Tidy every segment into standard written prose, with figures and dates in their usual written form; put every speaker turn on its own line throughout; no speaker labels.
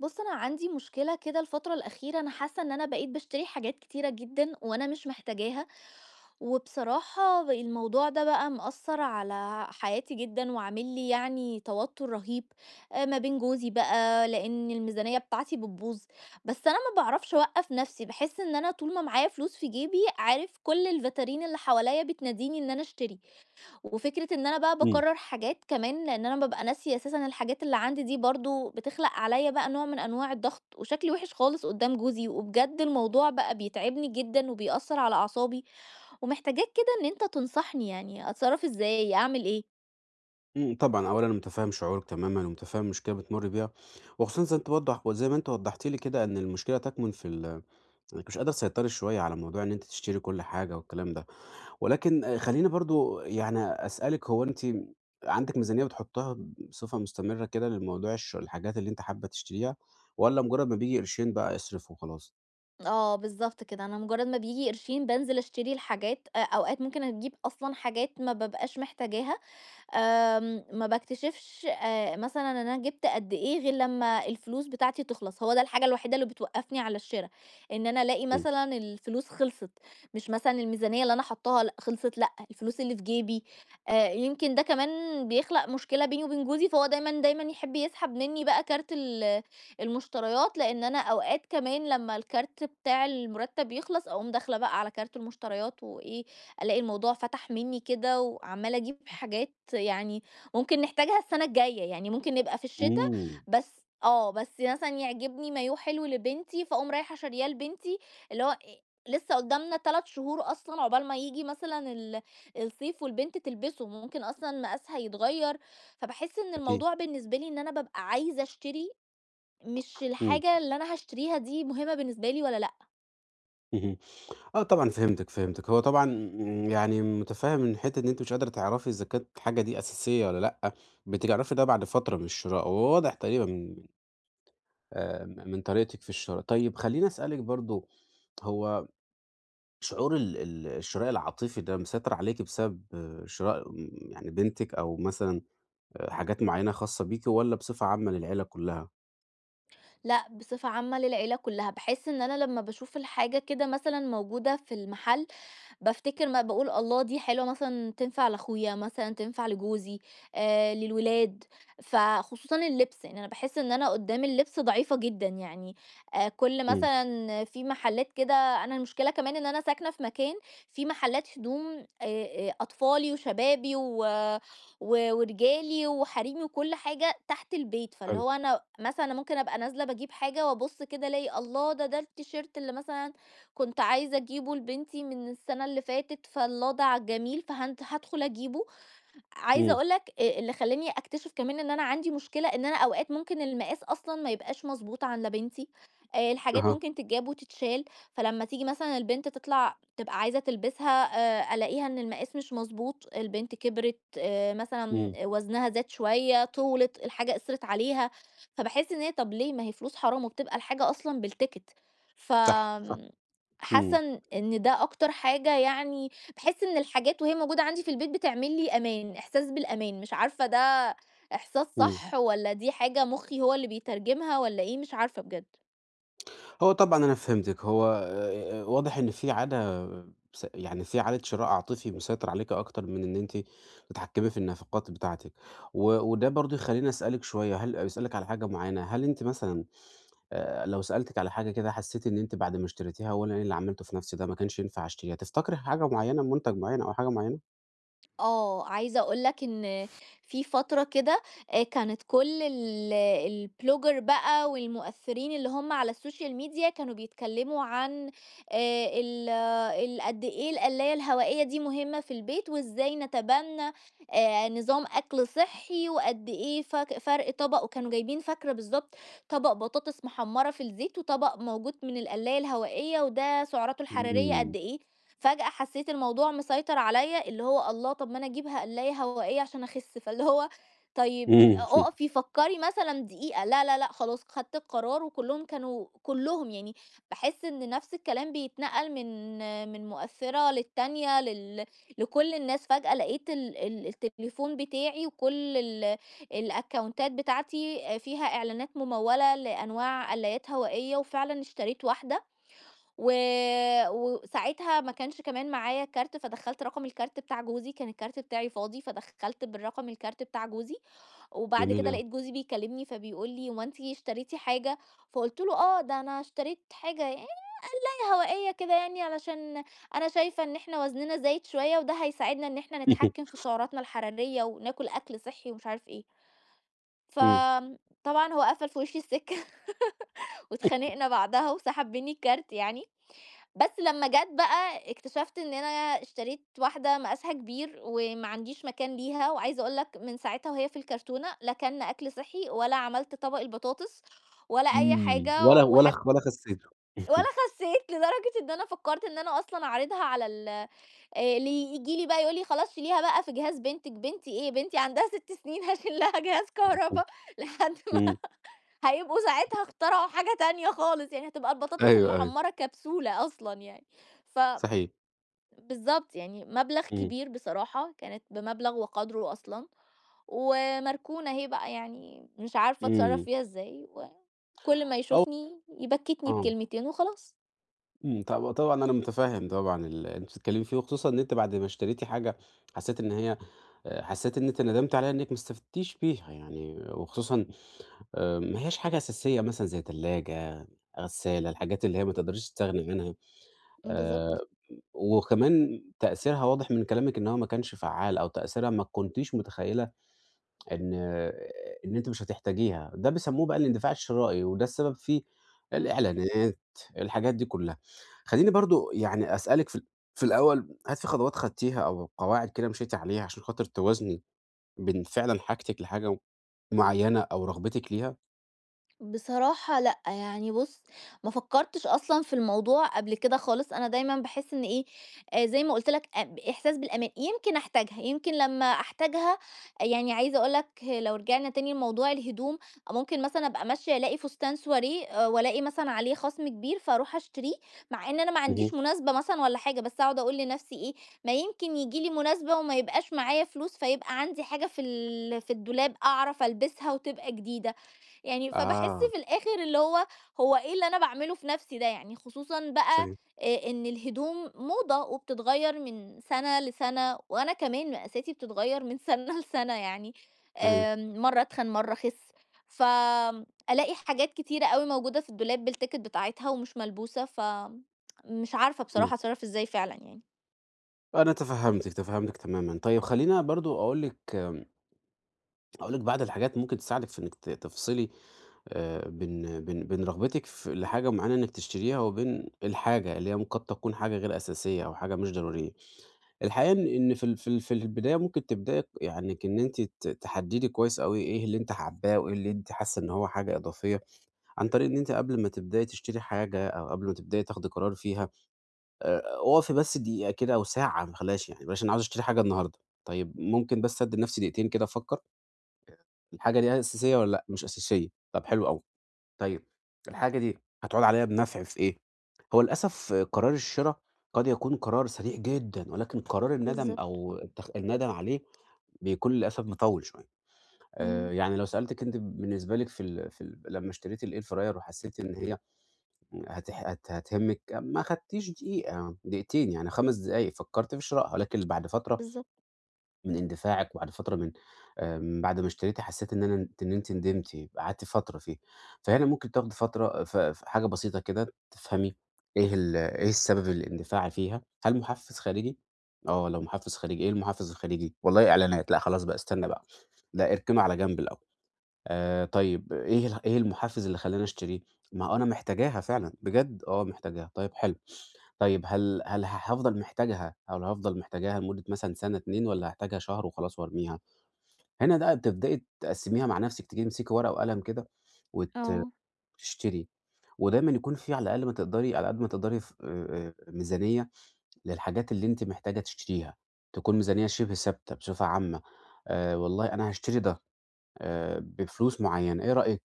بص، انا عندي مشكله كده، الفتره الاخيره انا حاسه ان انا بقيت بشتري حاجات كتيره جدا وانا مش محتاجاها. وبصراحه الموضوع ده بقى مأثر على حياتي جدا، وعامل لي يعني توتر رهيب. ما بين جوزي بقى لان الميزانيه بتاعتي بتبوظ. بس انا ما بعرفش اوقف نفسي، بحس ان انا طول ما معايا فلوس في جيبي، عارف، كل الفاترين اللي حواليا بتناديني ان انا اشتري. وفكرة إن أنا بقى
إمم،
باكرّر حاجات كمان، لإن أنا بابقى ناسية أساسًا الحاجات اللي عندي دي برضه بتخلق عليّا بقى نوع من أنواع الضغط، وشكلي وِحِش خالص قدّام جوزي، وبجد الموضوع بقى بيتعبني جدًا وبيأثّر على أعصابي. ومحتاجاك كده إن أنت تنصحني، يعني أتصرّف إزاي، أعمل إيه؟
إمم، طبعًا أولًا متفهم شعورِك تمامًا، ومتفهم المشكلة بتمُرّي بيها، وخصوصًا زي ما أنتِ وضّحتِ لي كده إن المشكلة تكمن في ال إنِّك مش قادرة تسيطري شوية على موضوع إن أنتِ تشتري كل حاجة والكلام ده، ولكن خلّيني برضه يعني أسألِك، هو أنتِ عندِك ميزانية بتحطّها بصفة مستمرة كده للموضوع الحاجات اللي أنتِ حابة تشتريها، والّا مجرّد ما بييجي قرشين بقى اصرف وخلاص؟
آه، بالضبط كده، أنا مجرّد ما بييجي قرشين بانزل أشتري الحاجات، أوقات ممكن أجيب أصلًا حاجات ما بابقاش محتاجاها. ما باكتشفش مثلًا أنا جِبت قد إيه غير لمّا الفلوس بتاعتي تخلص، هو ده الحاجة الوحيدة اللي بتوقّفني على الشِرا، إن أنا ألاقي
إمم،
مثلًا الفلوس خلصت، مش مثلًا الميزانية اللي أنا حاطّاها، لأ خلصت، لأ، الفلوس اللي في جيبي. يمكن ده كمان بيخلق مشكلة بيني وبين جوزي، فهو دايمًا، دايمًا يحب يسحب منّي بقى كارت المشتريات، لإن أنا أوقات كمان لمّا الكارت بتاع المُرتّب يخلص، أقوم داخلة بقى على كارت المشتريات وإيه، الاقي الموضوع فتح مني كده، وعمالة اجيب حاجات يعني ممكن نحتاجها السنة الجاية، يعني ممكن نبقى في الشتاء.
إمم،
بس مثلا يعجبني مايو حلو لبنتي، فاقوم رايحة شارياه لبنتي، اللي هو إيه، لسه قدامنا 3 شهور اصلا عقبال ما يجي مثلا الصيف، والبنت تلبسه، ممكن اصلا مقاسها يتغير. فبحس ان
أكيد،
الموضوع بالنسبة لي ان انا ببقى عايزة اشتري، مش
إمم،
الحاجة اللي انا هشتريها دي مهمة بالنسبة لي ولا لا.
اهم. آه طبعًا فهمتِك، فهمتِك. هو طبعًا يعني مُتفهِّم إن حتّة إن أنتِ مش قادرة تعرفي إذا كانت الحاجة دي أساسية والّا لأ، بتعرفي ده بعد فترة من الشراء، وهو واضح تقريبًا من م من طريقتِك في الشراء. طيب خلّيني أسألِك برضه، هو شعور ال ال الشراء العاطفي ده مسيطر عليكِ بسبب آه، شراء م يعني بنتِك أو مثلًا حاجات معيّنة خاصة بيكِ والّا بصفة عامة للعيلة كُلّها؟
لأ، بصفة عامة للعيلة كلّها، باحس إن أنا لمّا باشوف الحاجة كده مثلًا موجودة في المحل، بافتكر، ما باقول الله دي حلوة، مثلًا تنفع لأخويا، مثلًا تنفع لجوزي، للولاد، فخصوصًا اللبس، يعني أنا باحس إن أنا قدّام اللبس ضعيفة جدًا يعني. كل
إمم،
مثلًا في محلات كده، أنا المشكلة كمان إن أنا ساكنة في مكان في محلات هدوم، أطفالي وشبابي و و ورجالي وحريمي وكل حاجة تحت البيت، فاللي
حلو.
هو أنا مثلًا أنا ممكن أبقى نازلة باجيب حاجة وأبُص كده ألاقي الله! ده التيشيرت اللي مثلًا كنت عايزة أجيبه لبنتي من السنة اللي فاتت، فاللضع جميل، هادخل أجيبه. عايزة
إمم،
أقول لك، اللي خلّاني أكتشف كمان إن أنا عندي مشكلة، إن أنا أوقات ممكن المقاس أصلًا ما يبقاش مضبوط عند بنتي، الحاجات
أها،
ممكن تتجاب وتتشال، فلمّا تيجي مثلًا البنت تطلع تبقى عايزة تلبسها، ألاقيها إن المقاس مش مضبوط، البنت كبرت مثلًا
إمم،
وزنها زاد شوية، طولت، الحاجة قِصرت عليها، فباحس إن هي، طَب ليه، ما هي فلوس حرام، وبتبقى الحاجة أصلًا بالتيكت. ف
صح، صح.
آمم حاسة
إمم،
إن ده أكتر حاجة يعني. باحس إن الحاجات وهي موجودة عندي في البيت بتعمل لي أمان، إحساس بالأمان، مش عارفة ده إحساس
إمم.
صح، والّا دي حاجة مُخّي هو اللي بيترجمها، والّا إيه، مش عارفة بجد.
هو طبعًا أنا فهمتِك، هو واضح إن في عادة س يعني في عادة شراء عاطفي مسيطر عليكِ أكتر من إن أنتِ تتحكمي في النفقات بتاعتِك، و وده برضه يخلّيني أسألِك شوية، هل أسألِك على حاجة معيّنة، هل أنتِ مثلًا لو سألتِك على حاجة كده حسيتِ إن أنتِ بعد ما اشتريتيها: "هو أنا إيه اللي عملته في نفسي ده، ما كانش ينفع أشتريها." تفتكري حاجة معيّنة، منتج معيّن أو حاجة معيّنة؟
آه، عايزة أقول لك إن في فترة كده كانت كل ال الblogger بقى، والمؤثرين اللي هم على السوشيال ميديا كانوا بيتكلموا عن ال آه، ال قد إيه القلاية الهوائية دي مهمة في البيت، وإزاي نتبنى نظام أكل صحي، وقد إيه فرق طبق، وكانوا جايبين، فاكرة بالضبط، طبق بطاطس محمرة في الزيت، وطبق موجود من القلاية الهوائية، وده سعراته الحرارية قد
إمم،
إيه. فجأة حسيت الموضوع مسيطر عليَّ، اللي هو الله، طب ما أنا أجيب هَقلاية هوائية عشان أخس، فاللي هو طيب
إمم،
أقفي فكري مثلًا دقيقة، لا، لا، لأ، خلاص خدت القرار، وكلّهم كانوا كلّهم يعني باحس إن نفس الكلام بيتنقل من مؤثرة للتانية لكل الناس، فجأة لقيت ال التليفون بتاعي، وكل الأكونتات بتاعتي فيها إعلانات ممولة لأنواع قلايات هوائية، وفعلًا اشتريت واحدة و وساعتها ما كانش كمان معايا كارت، فدخّلت رقم الكارت بتاع جوزي، كان الكارت بتاعي فاضي، فدخّلت بالرقم الكارت بتاع جوزي، وبعد
جميل
كده
أوي،
لقيت جوزي بيكلمني فبيقول لي: "هو أنتِ اشتريتِ حاجة؟" فقُلت له: "آه، ده أنا اشتريت حاجة يعني هوائية كده يعني علشان أنا شايفة إن إحنا وزننا زايد شوية، وده هيساعدنا إن إحنا نتحكم في سعراتنا الحرارية، وناكل أكل صحّي." ومش عارف إيه.
إمم،
طبعًا هو قفل في وشّي السكة، واتخانقنا بعدها وسحب منّي الكارت يعني. بس لمّا جات بقى اكتشفت إن أنا اشتريت واحدة مقاسها كبير، وما عنديش مكان ليها، وعايزة أقول لك من ساعتها وهي في الكرتونة لا كَلْنا أكل صحّي، ولا عملت طبق البطاطس، ولا أي
إمم،
حاجة،
ولا خسيته.
ولا خسّيت لدرجة إن أنا فكّرت إن أنا أصلًا أعرضها على ال اللي ييجي لي بقى يقول لي: "خلاص شيليها بقى في جهاز بنتِك." بنتي إيه! بنتي عندها 6 سنين هاشيل لها جهاز كهربا لحد ما
إمم،
هيبقوا ساعتها اخترعوا حاجة تانية خالص، يعني هتبقى البطاطس
أيوه، أيوه،
المحمّرة كبسولة أصلًا يعني. ف
صحيح،
بالضبط، يعني مبلغ
إمم.
كبير بصراحة، كانت بمبلغ وقدره أصلًا، ومركونة أهي بقى يعني مش عارفة أتصرّف
إمم.
فيها إزاي، وكل ما
أو
يشوفني يبكّتني
آه.
بكلمتين وخلاص.
إمم. طب طبعًا أنا متفهّم طبعًا اللي أنتِ بتتكلّمي فيه، وخصوصًا إن أنتِ بعد ما اشتريتِ حاجة حسّيتِ إن هي حسّيتِ إن أنتِ ندمتِ عليها إنِّك ما استفدتيش بيها يعني، وخصوصًا ما هياش حاجة أساسية مثلًا زي تلاجة، غسّالة، الحاجات اللي هي ما تقدريش تستغني عنها، آآ
بالضبط،
وكمان تأثيرها واضح من كلامِك إن هو ما كانش فعّال أو تأثيرها ما كنتيش متخيّلة إن إن أنتِ مش هتحتاجيها، ده بيسموه بقى الاندفاع الشرائي، وده السبب فيه
إمم.
الإعلانات، الحاجات دي كلها. خلّيني برضه يعني أسألِك في الأول، هل في خطوات خدتيها أو قواعد كده مشيتِ عليها عشان خاطر توازني بين فعلًا حاجتِك لحاجة معيّنة أو رغبتِك ليها؟
بصراحة لأ، يعني بُص، ما فكّرتش أصلًا في الموضوع قبل كده خالص، أنا دايمًا باحس إن إيه، زي ما قُلت لك، إحساس بالأمان، يمكن أحتاجها، يمكن لمّا أحتاجها يعني عايزة أقول لك، لو رجعنا تاني لموضوع الهدوم، ممكن مثلًا أبقى ماشية ألاقي فستان سواريه، وألاقي مثلًا عليه خصم كبير فأروح أشتريه، مع إن أنا ما
اهم.
عنديش مناسبة مثلًا والّا حاجة، بس أقعد أقول لنفسي إيه، ما يمكن ييجي لي مناسبة وما يبقاش معايا فلوس، فيبقى عندي حاجة في الدولاب أعرف ألبسها وتبقى جديدة. يعني فباحس
آه،
في الآخر اللي هو هو إيه اللي أنا باعمله في نَفْسي ده يعني، خصوصًا بقى
فاهم،
إن الهدوم موضة وبتتغيّر من سَنة لسَنة، وأنا كمان مقاساتي بتتغيّر من سَنة لسَنة يعني،
فاهم.
مرّة أتخن، مرّة أخِس، فألاقي حاجات كتيرة أوي موجودة في الدولاب بالticket بتاعتها ومش ملبوسة. مش عارفة
إمم.
بصراحة أتصرّف إزاي فعلًا يعني.
أنا تفهّمتِك، تفهّمتِك تمامًا. طيب خلّيني برضه أقول لِك، هاقول لِك بعض الحاجات ممكن تساعدِك في إنِّك تفصلي بين رغبتِك لحاجة معينة إنِّك تشتريها، وبين الحاجة اللي هي قد تكون حاجة غير أساسية أو حاجة مش ضرورية. الحقيقة إن في البداية ممكن تبدئي يعني إن أنتِ تحدّدي كويس أوي إيه اللي أنتِ حاباه وإيه اللي أنتِ حاسة إن هو حاجة إضافية، عن طريق إن أنتِ قبل ما تبدئي تشتري حاجة أو قبل ما تبدئي تاخدي قرار فيها، اقفي بس دقيقة كده أو ساعة ما تخلّيهاش يعني، بلاش أنا عاوزة أشتري حاجة النهارده، طيب ممكن بس أدّي لنفسي دقيقتين كده أفكّر؟ الحاجة دي أساسية والّا لأ؟ مش أساسية، طب حلو أوي، طيب الحاجة دي هتعود عليَّ بنفع في إيه؟ هو للأسف قرار الشرا قد يكون قرار سريع جدًا، ولكن قرار الندم
بالضبط.
أو الندم عليه بيكون للأسف مطوِّل شوية،
اهم.
يعني لو سألتِك أنتِ بالنسبة لِك في ال في ال لمّا اشتريتِ الair fryer وحسيتِ إن هي هتح هت هتهمِّك، ما خدتيش دقيقة، دقيقتين يعني 5 دقايق فكرتِ في شرائها، لكن بعد فترة
بالضبط.
من اندفاعِك، وبعد فترة من بعد ما اشتريتِ حسّيتِ إن أنتِ ندمتِ، قعدتِ فترة فيه. فهنا ممكن تاخدي فترة آه، ف في حاجة بسيطة كده تفهمي إيه السبب الاندفاع فيها، هل محفّز خارجي؟ آه، لو محفّز خارجي، إيه المحفّز الخارجي؟ والله إعلانات، لأ خلاص بقى استنى بقى، لأ اركنه على جنب الأول. طيب إيه المحفّز اللي خلّاني أشتريه؟ ما أنا محتاجاها فعلًا، بجد آه محتاجاها، طيب حلو. طيب هل
إمم.
هل هافضل محتاجها أو هافضل محتاجاها لمدة مثلًا سَنة 2 والّا هاحتاجها شهر وخلاص وارميها؟ هنا بقى بتبدئي تقسّميها مع نَفْسِك، تجيبي تمسكي ورقة وقلم كده وت
آه.
تشتري، ودايمًا يكون في على الأقل ما تقدري على قد ما تقدري ف ميزانية للحاجات اللي أنتِ محتاجة تشتريها، تكون ميزانية شِبه ثابتة بصفة عامة، والله أنا هاشتري ده بفلوس معيّنة، إيه رأيِك؟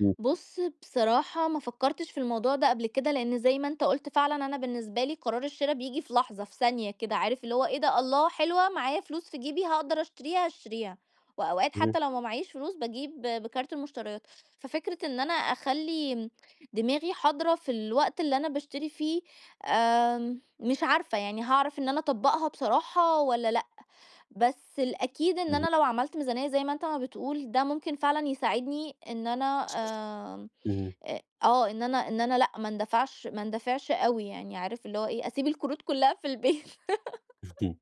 إمم،
بُص، بصراحة ما فكّرتش في الموضوع ده قبل كده، لإن زي ما أنت قُلت فعلًا، أنا بالنسبة لي قرار الشرا بييجي في لحظة، في ثانية كده، عارف اللي هو إيه ده، الله حلوة، معايا فلوس في جيبي هاقدر أشتريها، هاشتريها، وأوقات
اهم،
حتى لو ما معييش فلوس باجيب بكارت المشتريات، ففكرة إن أنا أخلّي دماغي حاضرة في الوقت اللي أنا باشتري فيه، مش عارفة يعني هاعرف إن أنا أطبّقها بصراحة والّا لأ، بس الأكيد إن أنا
اهم،
لو عملت ميزانية زي ما أنت ما بتقول، ده ممكن فعلًا يساعدني إن أنا آمم
اهم،
آه، إن أنا لأ، ما اندفعش ما اندفعش أوي يعني، عارف اللي هو إيه، أسيب الكروت كلّها في البيت.
اهم،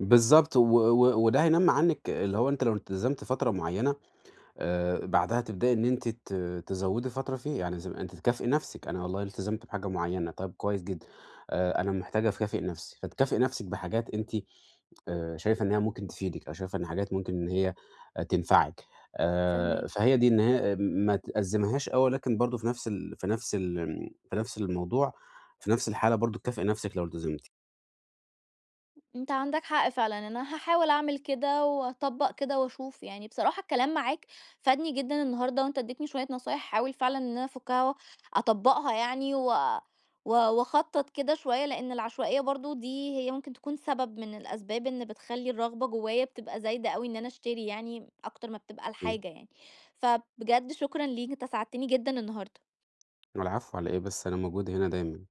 بالضبط. و و وده هينمّي عنِّك اللي هو أنتِ لو التزمتِ فترة معيّنة بعدها تبدئي إن أنتِ تزوّدي فترة فيه، يعني زي ما أنتِ تكافئي نَفْسِك، أنا والله التزمت بحاجة معيّنة، طيب كويس جدًا، أنا محتاجة أكافئ نَفْسي، فتكافئي نَفْسِك بحاجات أنتِ شايفة إن هي ممكن تفيدِك أو شايفة إن حاجات ممكن إن هي آه، تنفعِك،
فاهماك.
فهي دي إن هي ما تأزّميهاش أوي، ولكن برضه في نَفْس الموضوع، في نَفْس الحالة برضه تكافئي نَفْسِك لو التزمتِ.
انت عندك حق فعلًا، أنا هاحاول أعمل كده وأطبّق كده وأشوف، يعني بصراحة الكلام معاك فادني جدًا النهارده، وأنت ادّيتني شوية نصايح، هاحاول فعلًا إن أنا أفُكّها أطبّقها يعني وأخطّط كده شوية، لإن العشوائية برضه دي هي ممكن تكون سبب من الأسباب إن بتخلّي الرغبة جوايا بتبقى زايدة أوي إن أنا أشتري يعني أكتر ما بتبقى
إمم،
الحاجة يعني، فبجد شكرًا ليك، أنت ساعدتني جدًا النهارده.
العفو على إيه بس، أنا موجود هنا دايمًا.